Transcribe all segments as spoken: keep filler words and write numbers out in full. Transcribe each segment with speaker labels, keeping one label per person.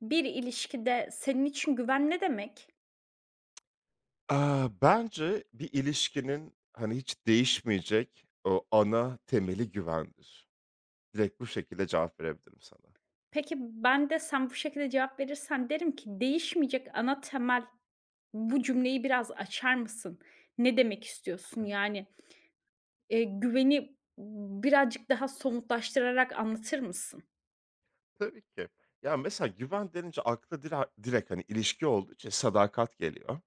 Speaker 1: Bir ilişkide senin için güven ne demek?
Speaker 2: Aaa, bence bir ilişkinin, hani, hiç değişmeyecek o ana temeli güvendir. Direkt bu şekilde cevap verebilirim sana.
Speaker 1: Peki ben de sen bu şekilde cevap verirsen derim ki değişmeyecek ana temel bu cümleyi biraz açar mısın? Ne demek istiyorsun? Yani, eee, güveni birazcık daha somutlaştırarak anlatır mısın?
Speaker 2: Tabii ki. Ya, mesela güven denince akla dira direkt, hani, ilişki olduğu için sadakat geliyor.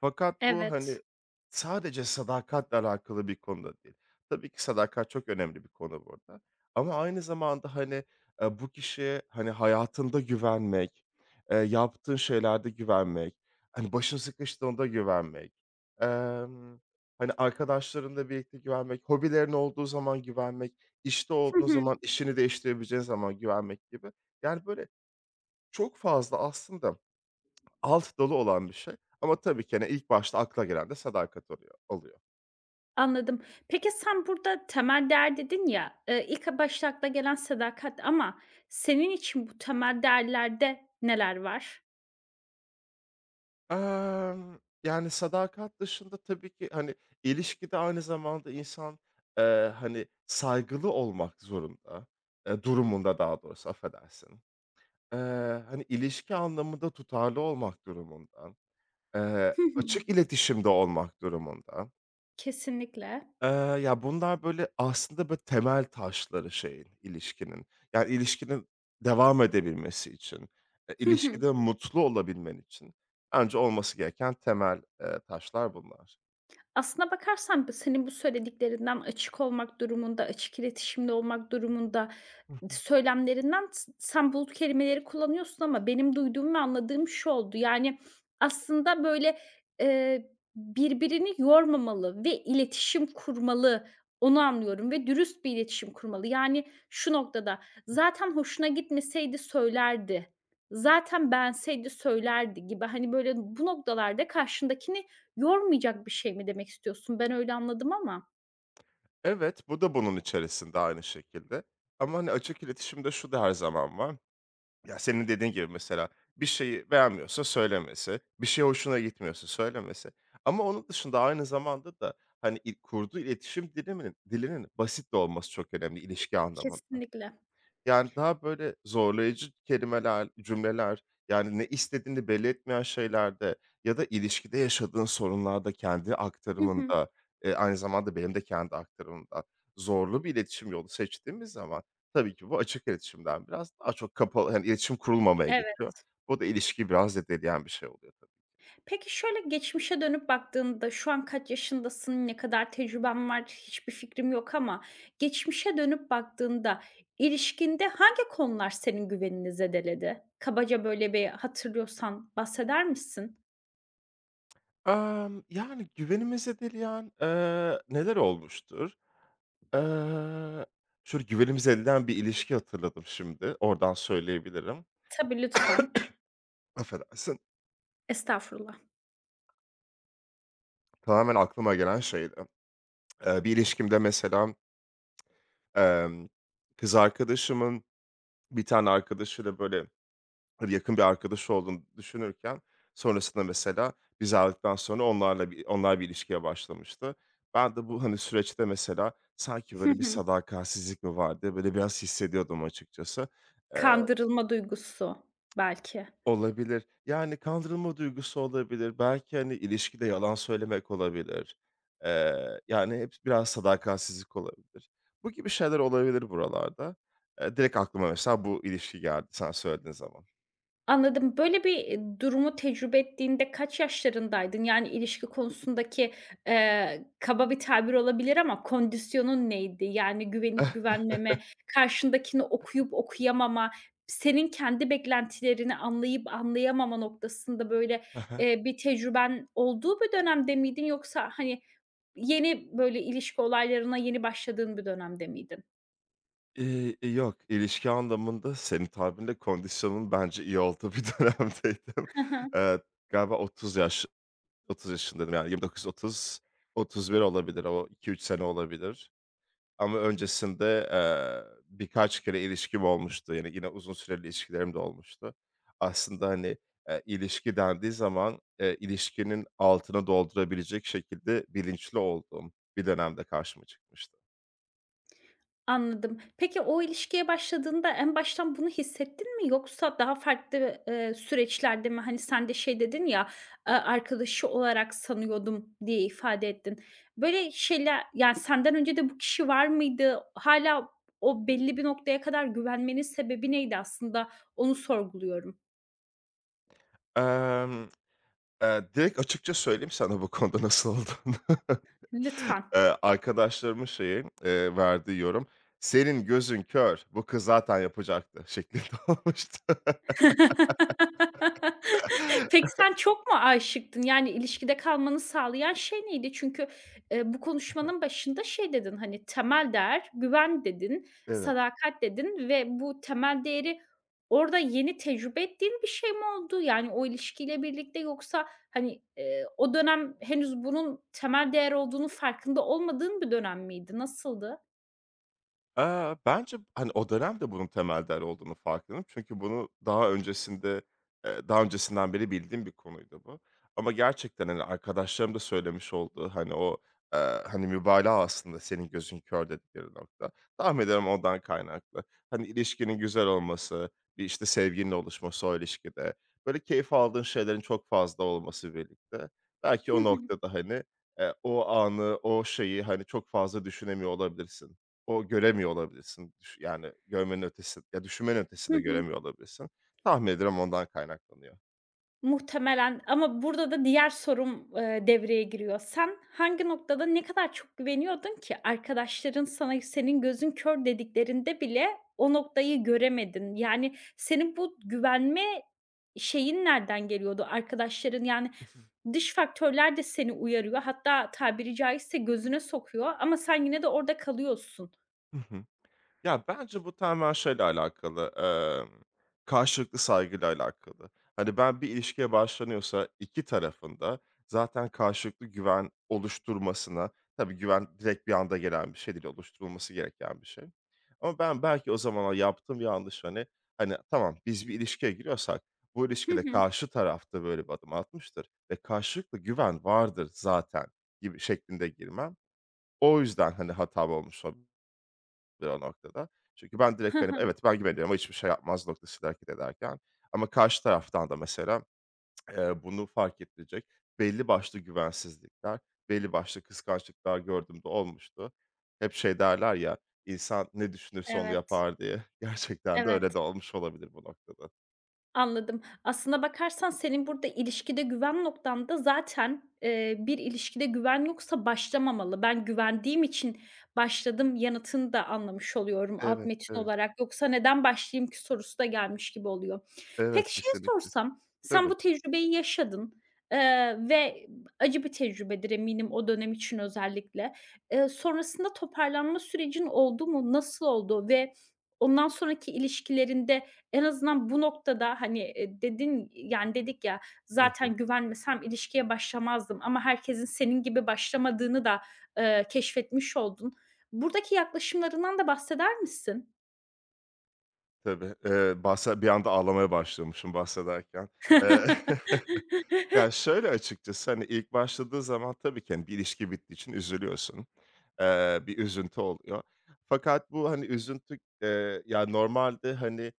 Speaker 2: Fakat bu,
Speaker 1: Evet.
Speaker 2: hani, sadece sadakatle alakalı bir konu da değil. Tabii ki sadakat çok önemli bir konu burada ama aynı zamanda, hani, eee, bu kişiye, hani, hayatında güvenmek, eee, yaptığın şeylerde güvenmek, hani, başın sıkıştığında güvenmek, emm, hani, arkadaşlarınla birlikte güvenmek, hobilerin olduğu zaman güvenmek, işte
Speaker 1: Hı
Speaker 2: olduğun
Speaker 1: hı,
Speaker 2: zaman, işini değiştirebileceğin zaman güvenmek gibi. Yani, böyle, çok fazla aslında alt dolu olan bir şey ama tabii ki, hani, ilk başta akla gelen de sadakat oluyor oluyor.
Speaker 1: anladım. Peki sen burada temel değer dedin ya, eee, ilk a başta akla gelen sadakat ama senin için bu temel değerlerde neler var?
Speaker 2: Emm, Yani, sadakat dışında tabii ki, hani, ilişkide aynı zamanda insan, eee, hani, saygılı olmak zorunda, eee, durumunda daha doğrusu, affedersin. Eee, Hani, ilişki anlamında tutarlı olmak durumunda, eee,
Speaker 1: Hı hı.
Speaker 2: açık iletişimde olmak durumunda.
Speaker 1: Kesinlikle.
Speaker 2: Eee, Ya, bunlar, böyle, aslında, böyle, temel taşları şeyin, ilişkinin. Yani, ilişkinin devam edebilmesi için, eee,
Speaker 1: Hı hı.
Speaker 2: ilişkide mutlu olabilmen için bence olması gereken temel, eee, taşlar bunlar.
Speaker 1: Aslına bakarsan senin bu söylediklerinden açık olmak durumunda, açık iletişimde olmak durumunda,
Speaker 2: Hı hı.
Speaker 1: söylemlerinden s sen bulut kelimeleri kullanıyorsun ama benim duyduğum ve anladığım şu oldu. Yani, aslında, böyle, eee, birbirini yormamalı ve iletişim kurmalı, onu anlıyorum ve dürüst bir iletişim kurmalı. Yani, şu noktada, zaten hoşuna gitmeseydi söylerdi, zaten beğenseydi söylerdi gibi, hani, böyle, bu noktalarda karşındakini yormayacak bir şey mi demek istiyorsun? Ben öyle anladım ama.
Speaker 2: Evet, bu da bunun içerisinde aynı şekilde ama, hani, açık iletişimde şu da her zaman var. Ya, senin dediğin gibi mesela bir şeyi beğenmiyorsa söylemesi, bir şey hoşuna gitmiyorsa söylemesi ama onun dışında aynı zamanda da, hani, il kurduğu iletişim dilinin dilinin basit de olması çok önemli ilişki anlamında.
Speaker 1: Kesinlikle.
Speaker 2: Yani, daha böyle zorlayıcı kelimeler, cümleler, yani, ne istediğini belli etmeyen şeylerde ya da ilişkide yaşadığın sorunlarda, kendi
Speaker 1: Hı hı.
Speaker 2: aktarımında, eee, aynı zamanda benim de kendi aktarımımda zorlu bir iletişim yolu seçtiğimiz zaman tabii ki bu açık iletişimden biraz daha çok kapalı, hani, iletişim kurulmamaya geçiyor.
Speaker 1: Evet.
Speaker 2: Bu da ilişkiyi biraz zedeleyen bir şey oluyor tabii.
Speaker 1: Peki şöyle geçmişe dönüp baktığında şu an kaç yaşındasın, ne kadar tecrüben var hiçbir fikrim yok ama geçmişe dönüp baktığında ilişkinde hangi konular senin güvenini zedeledi? Kabaca böyle bir hatırlıyorsan bahseder misin?
Speaker 2: Emm, yani, güvenimi zedeleyen, eee, neler olmuştur? Eee, Şöyle güvenimiz elenen bir ilişki hatırladım şimdi. Oradan söyleyebilirim.
Speaker 1: Tabii, lütfen.
Speaker 2: Affedersin.
Speaker 1: Estağfurullah.
Speaker 2: Tamamen aklıma gelen şeydi. Eee, bir ilişkimde mesela, emm, kız arkadaşımın bir tane arkadaşıyla, böyle, hani, yakın bir arkadaşı olduğunu düşünürken sonrasında mesela biz ayrıldıktan sonra onlarla bir onlar bir ilişkiye başlamıştı. Ben de bu, hani, süreçte mesela sanki,
Speaker 1: Hı
Speaker 2: böyle, bir
Speaker 1: hı.
Speaker 2: sadakatsizlik mi var böyle, biraz hissediyordum açıkçası.
Speaker 1: Kandırılma duygusu belki.
Speaker 2: Olabilir. Yani, kandırılma duygusu olabilir. Belki, hani, ilişkide yalan söylemek olabilir. Eee, yani, hep biraz sadakatsizlik olabilir. Bu gibi şeyler olabilir buralarda. Eee, direkt aklıma mesela bu ilişki geldi sen söylediğin zaman.
Speaker 1: Anladım. Böyle bir, eee, durumu tecrübe ettiğinde kaç yaşlarındaydın? Yani, ilişki konusundaki, eee, kaba bir tabir olabilir ama kondisyonun neydi? Yani, güvenip güvenmeme, karşındakini okuyup okuyamama, senin kendi beklentilerini anlayıp anlayamama noktasında, böyle,
Speaker 2: Hı hı.
Speaker 1: eee, bir tecrüben olduğu bir dönemde miydin yoksa, hani, yeni, böyle, ilişki olaylarına yeni başladığın bir dönemde miydin?
Speaker 2: İii, yok, ilişki anlamında senin tabirinle kondisyonumun bence iyi olduğu bir dönemdeydim. Eee, Galiba otuz yaş otuz yaşındaydım, yani, yirmi dokuz otuza, otuz bir olabilir, o iki üç sene olabilir. Ama öncesinde, eee, birkaç kere ilişkim olmuştu. Yani, yine uzun süreli ilişkilerim de olmuştu. Aslında, hani, eee, ilişki dendiği zaman, eee, ilişkinin altını doldurabilecek şekilde bilinçli olduğum bir dönemde karşıma çıkmıştı.
Speaker 1: Anladım. Peki o ilişkiye başladığında en baştan bunu hissettin mi yoksa daha farklı, eee, süreçlerde mi? Hani, sen de şey dedin ya, eee, "Arkadaşı olarak sanıyordum." diye ifade ettin. Böyle şeyler, yani, senden önce de bu kişi var mıydı? Hala o belli bir noktaya kadar güvenmenin sebebi neydi aslında? Onu sorguluyorum.
Speaker 2: Emm, eee, Direkt açıkça söyleyeyim sana bu konuda nasıl olduğunu.
Speaker 1: Lütfen.
Speaker 2: Eee, arkadaşlarımın şeyi, eee, verdiği yorum, "Senin gözün kör, bu kız zaten yapacaktı." şeklinde olmuştu.
Speaker 1: Peki, sen çok mu aşıktın? Yani, ilişkide kalmanı sağlayan şey neydi? Çünkü, eee, bu konuşmanın başında şey dedin, hani, "Temel değer güven." dedin,
Speaker 2: Evet.
Speaker 1: "Sadakat." dedin ve bu temel değeri orada yeni tecrübe ettiğin bir şey mi oldu? Yani, o ilişkiyle birlikte yoksa, hani, eee, o dönem henüz bunun temel değer olduğunu farkında olmadığın bir dönem miydi? Nasıldı?
Speaker 2: Eee, bence, hani, o dönem de bunun temel değer olduğunu farkındayım. Çünkü bunu daha öncesinde, eee, daha öncesinden beri bildiğim bir konuydu bu. Ama gerçekten, hani, arkadaşlarım da söylemiş olduğu, hani, o, eee, hani, mübalağa aslında senin gözün kör dedikleri nokta. Tahmin ediyorum ondan kaynaklı. Hani, ilişkinin güzel olması, bir, işte, sevginin oluşması o ilişkide, böyle, keyif aldığın şeylerin çok fazla olması birlikte belki o noktada, hani, eee, o anı, o şeyi, hani, çok fazla düşünemiyor olabilirsin. O göremiyor olabilirsin. Düş yani, görmenin ötesi ya düşünmenin ötesinde göremiyor olabilirsin. Tahmin ederim ondan kaynaklanıyor.
Speaker 1: Muhtemelen ama burada da diğer sorum, eee, devreye giriyor. Sen hangi noktada ne kadar çok güveniyordun ki arkadaşların sana "Senin gözün kör." dediklerinde bile o noktayı göremedin? Yani, senin bu güvenme şeyin nereden geliyordu? Arkadaşların, yani, dış faktörler de seni uyarıyor. Hatta tabiri caizse gözüne sokuyor ama sen yine de orada kalıyorsun.
Speaker 2: Ya, bence bu tamamen şeyle alakalı, emm, karşılıklı saygıyla alakalı. Hani, ben bir ilişkiye başlanıyorsa iki tarafında zaten karşılıklı güven oluşturmasına. Tabii güven direkt bir anda gelen bir şey değil, oluşturulması gereken bir şey. Ama ben belki o zamanlar yaptığım yanlış, hani, hani, tamam, biz bir ilişkiye giriyorsak bu
Speaker 1: Hı
Speaker 2: ilişkide
Speaker 1: hı.
Speaker 2: karşı tarafta böyle bir adım atmıştır ve karşılıklı güven vardır zaten gibi şeklinde girmem. O yüzden, hani, hatam olmuş olabilir bir o noktada. Çünkü ben
Speaker 1: Hı
Speaker 2: direkt, hani,
Speaker 1: hı.
Speaker 2: evet, ben güveniyorum, ama hiçbir şey yapmaz noktasıyla hareket ederken ama karşı taraftan da mesela, eee, bunu fark ettirecek belli başlı güvensizlikler, belli başlı kıskançlıklar gördüğümde olmuştu. Hep şey derler ya, "insan ne düşünürse onu
Speaker 1: Evet,
Speaker 2: yapar." diye. Gerçekten de öyle
Speaker 1: evet.
Speaker 2: de olmuş olabilir bu noktada.
Speaker 1: Anladım. Aslına bakarsan senin burada ilişkide güven noktan da zaten, eee, bir ilişkide güven yoksa başlamamalı. Ben güvendiğim için başladım yanıtını da anlamış oluyorum alt
Speaker 2: Evet,
Speaker 1: metin
Speaker 2: evet.
Speaker 1: olarak. Yoksa neden başlayayım ki sorusu da gelmiş gibi oluyor.
Speaker 2: Evet,
Speaker 1: Peki şeyi
Speaker 2: kesinlikle.
Speaker 1: sorsam, sen
Speaker 2: Tabii.
Speaker 1: bu tecrübeyi yaşadın, eee, ve acı bir tecrübedir eminim o dönem için özellikle. Eee, sonrasında toparlanma sürecin oldu mu? Nasıl oldu ve ondan sonraki ilişkilerinde en azından bu noktada, hani, eee, dedin yani, dedik ya,
Speaker 2: Hı hı.
Speaker 1: "Zaten güvenmesem ilişkiye başlamazdım." ama herkesin senin gibi başlamadığını da, eee, keşfetmiş oldun. Buradaki yaklaşımlarından da bahseder misin?
Speaker 2: Tabii. Eee, bahse Bir anda ağlamaya başlamışım bahsederken. Eee Ya, şöyle açıkçası, hani, ilk başladığı zaman tabii ki, hani, bir ilişki bittiği için üzülüyorsun. Eee, bir üzüntü oluyor. Fakat bu, hani, üzüntü, eee, ya, normalde, hani,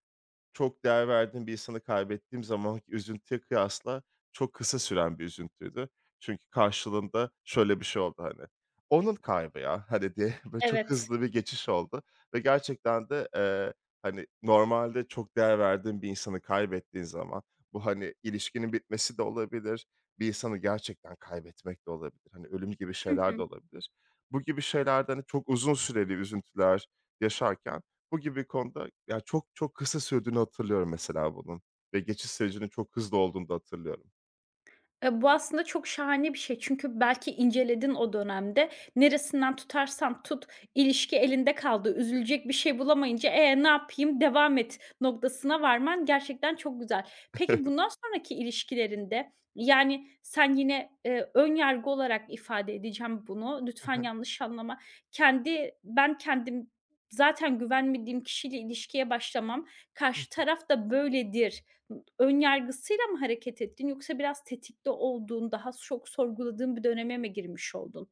Speaker 2: çok değer verdiğim bir insanı kaybettiğim zamanki üzüntüye kıyasla çok kısa süren bir üzüntüydü. Çünkü karşılığında şöyle bir şey oldu hani, "Onun kaybı ya!", hani, diye böyle çok
Speaker 1: Evet.
Speaker 2: hızlı bir geçiş oldu ve gerçekten de, eee, hani, normalde çok değer verdiğim bir insanı kaybettiğin zaman bu, hani, ilişkinin bitmesi de olabilir, bir insanı gerçekten kaybetmek de olabilir. Hani, ölüm gibi şeyler de olabilir. Bu gibi şeylerde, hani, çok uzun süreli üzüntüler yaşarken bu gibi konuda, ya, çok çok kısa sürdüğünü hatırlıyorum mesela bunun ve geçiş sürecinin çok hızlı olduğunu da hatırlıyorum.
Speaker 1: Eee, bu aslında çok şahane bir şey. Çünkü belki inceledin o dönemde. Neresinden tutarsan tut, ilişki elinde kaldı. Üzülecek bir şey bulamayınca, "E, ne yapayım, devam et." noktasına varman gerçekten çok güzel. Peki bundan sonraki ilişkilerinde, yani, sen yine, eee, ön yargı olarak ifade edeceğim bunu,
Speaker 2: Hı
Speaker 1: lütfen
Speaker 2: hı.
Speaker 1: yanlış anlama. Kendi "Ben kendim zaten güvenmediğim kişiyle ilişkiye başlamam. Karşı taraf da böyledir." Iıı, ön yargısıyla mı hareket ettin yoksa biraz tetikte olduğun, daha çok sorguladığın bir döneme mi girmiş oldun?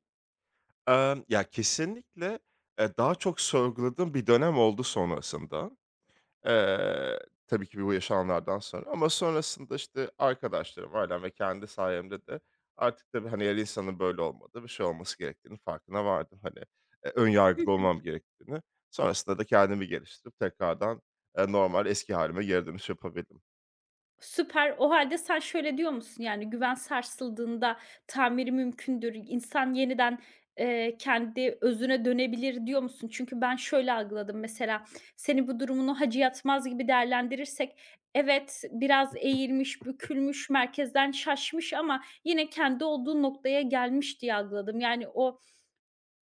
Speaker 2: Emm, ya, kesinlikle, eee, daha çok sorguladığım bir dönem oldu sonrasında. Eee, tabii ki bu yaşananlardan sonra ama sonrasında, işte, arkadaşlarım, ailem ve kendi sayemde de artık tabii, hani, her insanın böyle olmadığı bir şey olması gerektiğinin farkına vardım. Hani, eee, ön
Speaker 1: Hı
Speaker 2: yargılı
Speaker 1: hı.
Speaker 2: olmam gerektiğini. Sonrasında da kendimi geliştirip tekrardan, eee, normal eski hâlime geri dönüş yapabildim.
Speaker 1: Süper. O halde sen şöyle diyor musun? Yani, güven sarsıldığında tamiri mümkündür, insan yeniden, eee, kendi özüne dönebilir diyor musun? Çünkü ben şöyle algıladım mesela, seni bu durumunu Hacı Yatmaz gibi değerlendirirsek, evet, biraz eğilmiş, bükülmüş, merkezden şaşmış ama yine kendi olduğu noktaya gelmiş diye algıladım. Yani, o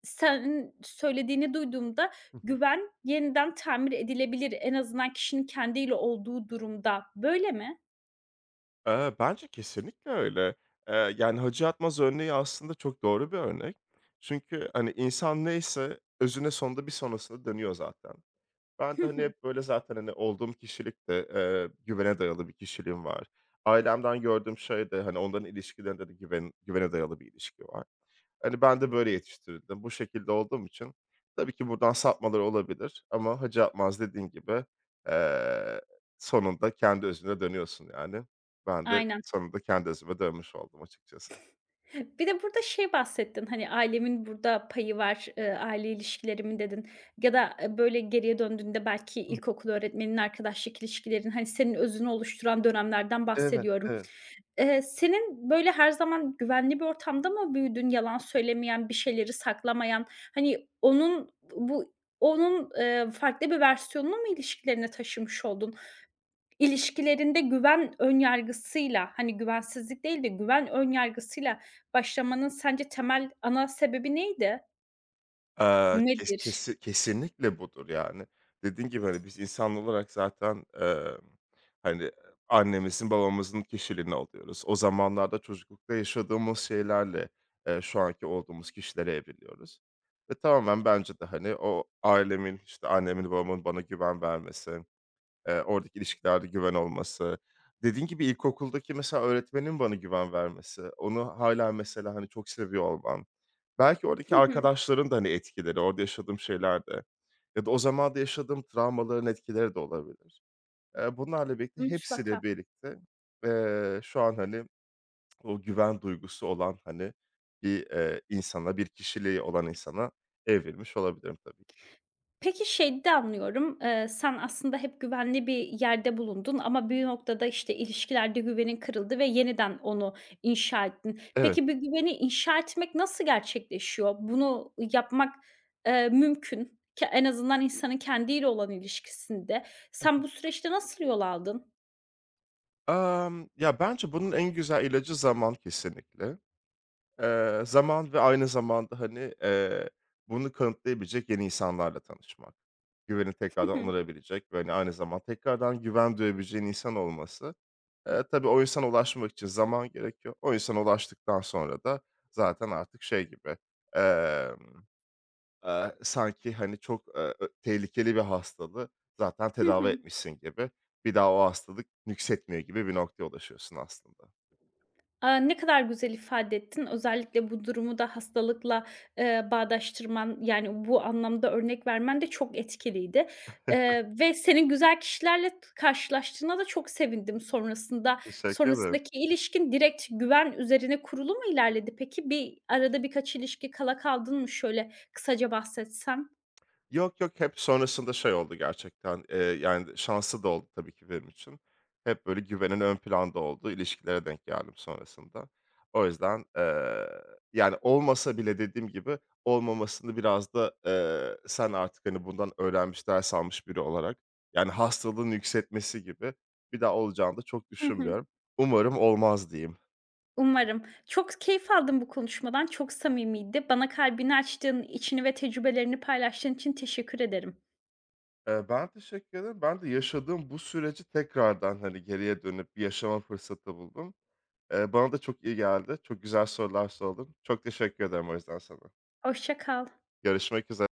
Speaker 1: sen söylediğini duyduğumda
Speaker 2: Hı hı.
Speaker 1: güven yeniden tamir edilebilir en azından kişinin kendiyle olduğu durumda. Böyle mi?
Speaker 2: Eee, bence kesinlikle öyle. Eee, yani, Hacı Atmaz örneği aslında çok doğru bir örnek. Çünkü, hani, insan neyse özüne sonunda bir sonrasında dönüyor zaten. Ben
Speaker 1: Hı
Speaker 2: de, hani,
Speaker 1: hı.
Speaker 2: hep böyle zaten, hani, olduğum kişilikte eee, güvene dayalı bir kişiliğim var. Ailemden gördüğüm şey de, hani, onların ilişkilerinde de güven güvene dayalı bir ilişki var. Hani, ben de böyle yetiştirildim. Bu şekilde olduğum için tabii ki buradan sapmalar olabilir ama Hacı Atmaz dediğin gibi, eee, sonunda kendi özüne dönüyorsun yani. Ben de
Speaker 1: Aynen.
Speaker 2: sonunda kendi özüme dönmüş oldum açıkçası.
Speaker 1: Bir de burada şey bahsettin, hani, ailemin burada payı var, eee, aile ilişkilerimin dedin ya da, eee, böyle, geriye döndüğünde belki
Speaker 2: Hı.
Speaker 1: ilkokul öğretmeninin, arkadaşlık ilişkilerin, hani, senin özünü oluşturan dönemlerden
Speaker 2: Evet,
Speaker 1: bahsediyorum.
Speaker 2: evet.
Speaker 1: Eee, senin, böyle, her zaman güvenli bir ortamda mı büyüdün? Yalan söylemeyen, bir şeyleri saklamayan, hani, onun bu onun, eee, farklı bir versiyonunu mu ilişkilerine taşımış oldun? İlişkilerinde güven ön yargısıyla, hani, güvensizlik değil de güven ön yargısıyla başlamanın sence temel ana sebebi neydi?
Speaker 2: Eee, kes
Speaker 1: Nedir?
Speaker 2: kesi kesinlikle budur yani. Dediğin gibi, hani, biz insan olarak zaten, emm, hani, annemizin, babamızın kişiliğini alıyoruz. O zamanlarda çocuklukta yaşadığımız şeylerle, eee, şu anki olduğumuz kişilere evriliyoruz ve tamamen bence de, hani, o ailemin, işte, annemin, babamın bana güven vermesi. Eee, oradaki ilişkilerde güven olması. Dediğin gibi ilkokuldaki mesela öğretmenin bana güven vermesi, onu hâlâ mesela, hani, çok seviyor olmam. Belki oradaki
Speaker 1: Hı hı.
Speaker 2: arkadaşların da, hani, etkileri, orada yaşadığım şeyler de ya da o zaman da yaşadığım travmaların etkileri de olabilir. Eee, bunlarla birlikte,
Speaker 1: Mutlaka.
Speaker 2: hepsiyle birlikte, eee, şu an, hani, o güven duygusu olan, hani, bir, eee, insana, bir kişiliği olan insana evrilmiş olabilirim tabii ki.
Speaker 1: Peki, şeyden anlıyorum, eee, sen aslında hep güvenli bir yerde bulundun ama bir noktada, işte, ilişkilerde güvenin kırıldı ve yeniden onu inşa ettin.
Speaker 2: Evet.
Speaker 1: Peki, bir güveni inşa etmek nasıl gerçekleşiyor? Bunu yapmak, eee, mümkün. Ke en azından insanın kendiyle olan ilişkisinde. Sen bu süreçte nasıl yol aldın?
Speaker 2: Emm, ya, bence bunun en güzel ilacı zaman kesinlikle. Eee, zaman ve aynı zamanda, hani, eee, bunu kanıtlayabilecek yeni insanlarla tanışmak. Güveni
Speaker 1: Hı
Speaker 2: tekrardan
Speaker 1: hı.
Speaker 2: onarabilecek ve, hani, aynı zamanda tekrardan güven duyabileceğin insan olması. Eee, tabii o insana ulaşmak için zaman gerekiyor. O insana ulaştıktan sonra da zaten artık şey gibi, Eee, sanki, hani, çok, eee, ö tehlikeli bir hastalığı zaten
Speaker 1: Hı
Speaker 2: tedavi
Speaker 1: hı.
Speaker 2: etmişsin gibi, bir daha o hastalık nüksetmiyor gibi bir noktaya ulaşıyorsun aslında.
Speaker 1: Aaa, ne kadar güzel ifade ettin. Özellikle bu durumu da hastalıkla, eee, bağdaştırman, yani, bu anlamda örnek vermen de çok etkiliydi, eee, ve senin güzel kişilerle t karşılaştığına da çok sevindim sonrasında.
Speaker 2: Teşekkür ederim.
Speaker 1: Sonrasındaki ilişkin direkt güven üzerine kurulu mu ilerledi peki? Bir arada birkaç ilişki kala kaldın mı şöyle kısaca bahsetsen?
Speaker 2: Yok, yok, hep sonrasında şey oldu gerçekten, eee, yani, şanslı da oldu tabii ki benim için. Hep böyle güvenin ön planda olduğu ilişkilere denk geldim sonrasında. O yüzden, eee, yani, olmasa bile dediğim gibi olmamasını biraz da, eee, sen artık, hani, bundan öğrenmiş, ders almış biri olarak, yani, hastalığın yükseltmesi gibi bir daha olacağını da çok
Speaker 1: Hı hı.
Speaker 2: düşünmüyorum. Umarım olmaz diyeyim.
Speaker 1: Umarım. Çok keyif aldım bu konuşmadan, çok samimiydi. Bana kalbini açtığın, içini ve tecrübelerini paylaştığın için teşekkür ederim.
Speaker 2: Eee, ben teşekkür ederim. Ben de yaşadığım bu süreci tekrardan, hani, geriye dönüp bir yaşama fırsatı buldum. Eee, bana da çok iyi geldi. Çok güzel sorular sordun. Çok teşekkür ederim o yüzden sana.
Speaker 1: Hoşça kal.
Speaker 2: Görüşmek üzere.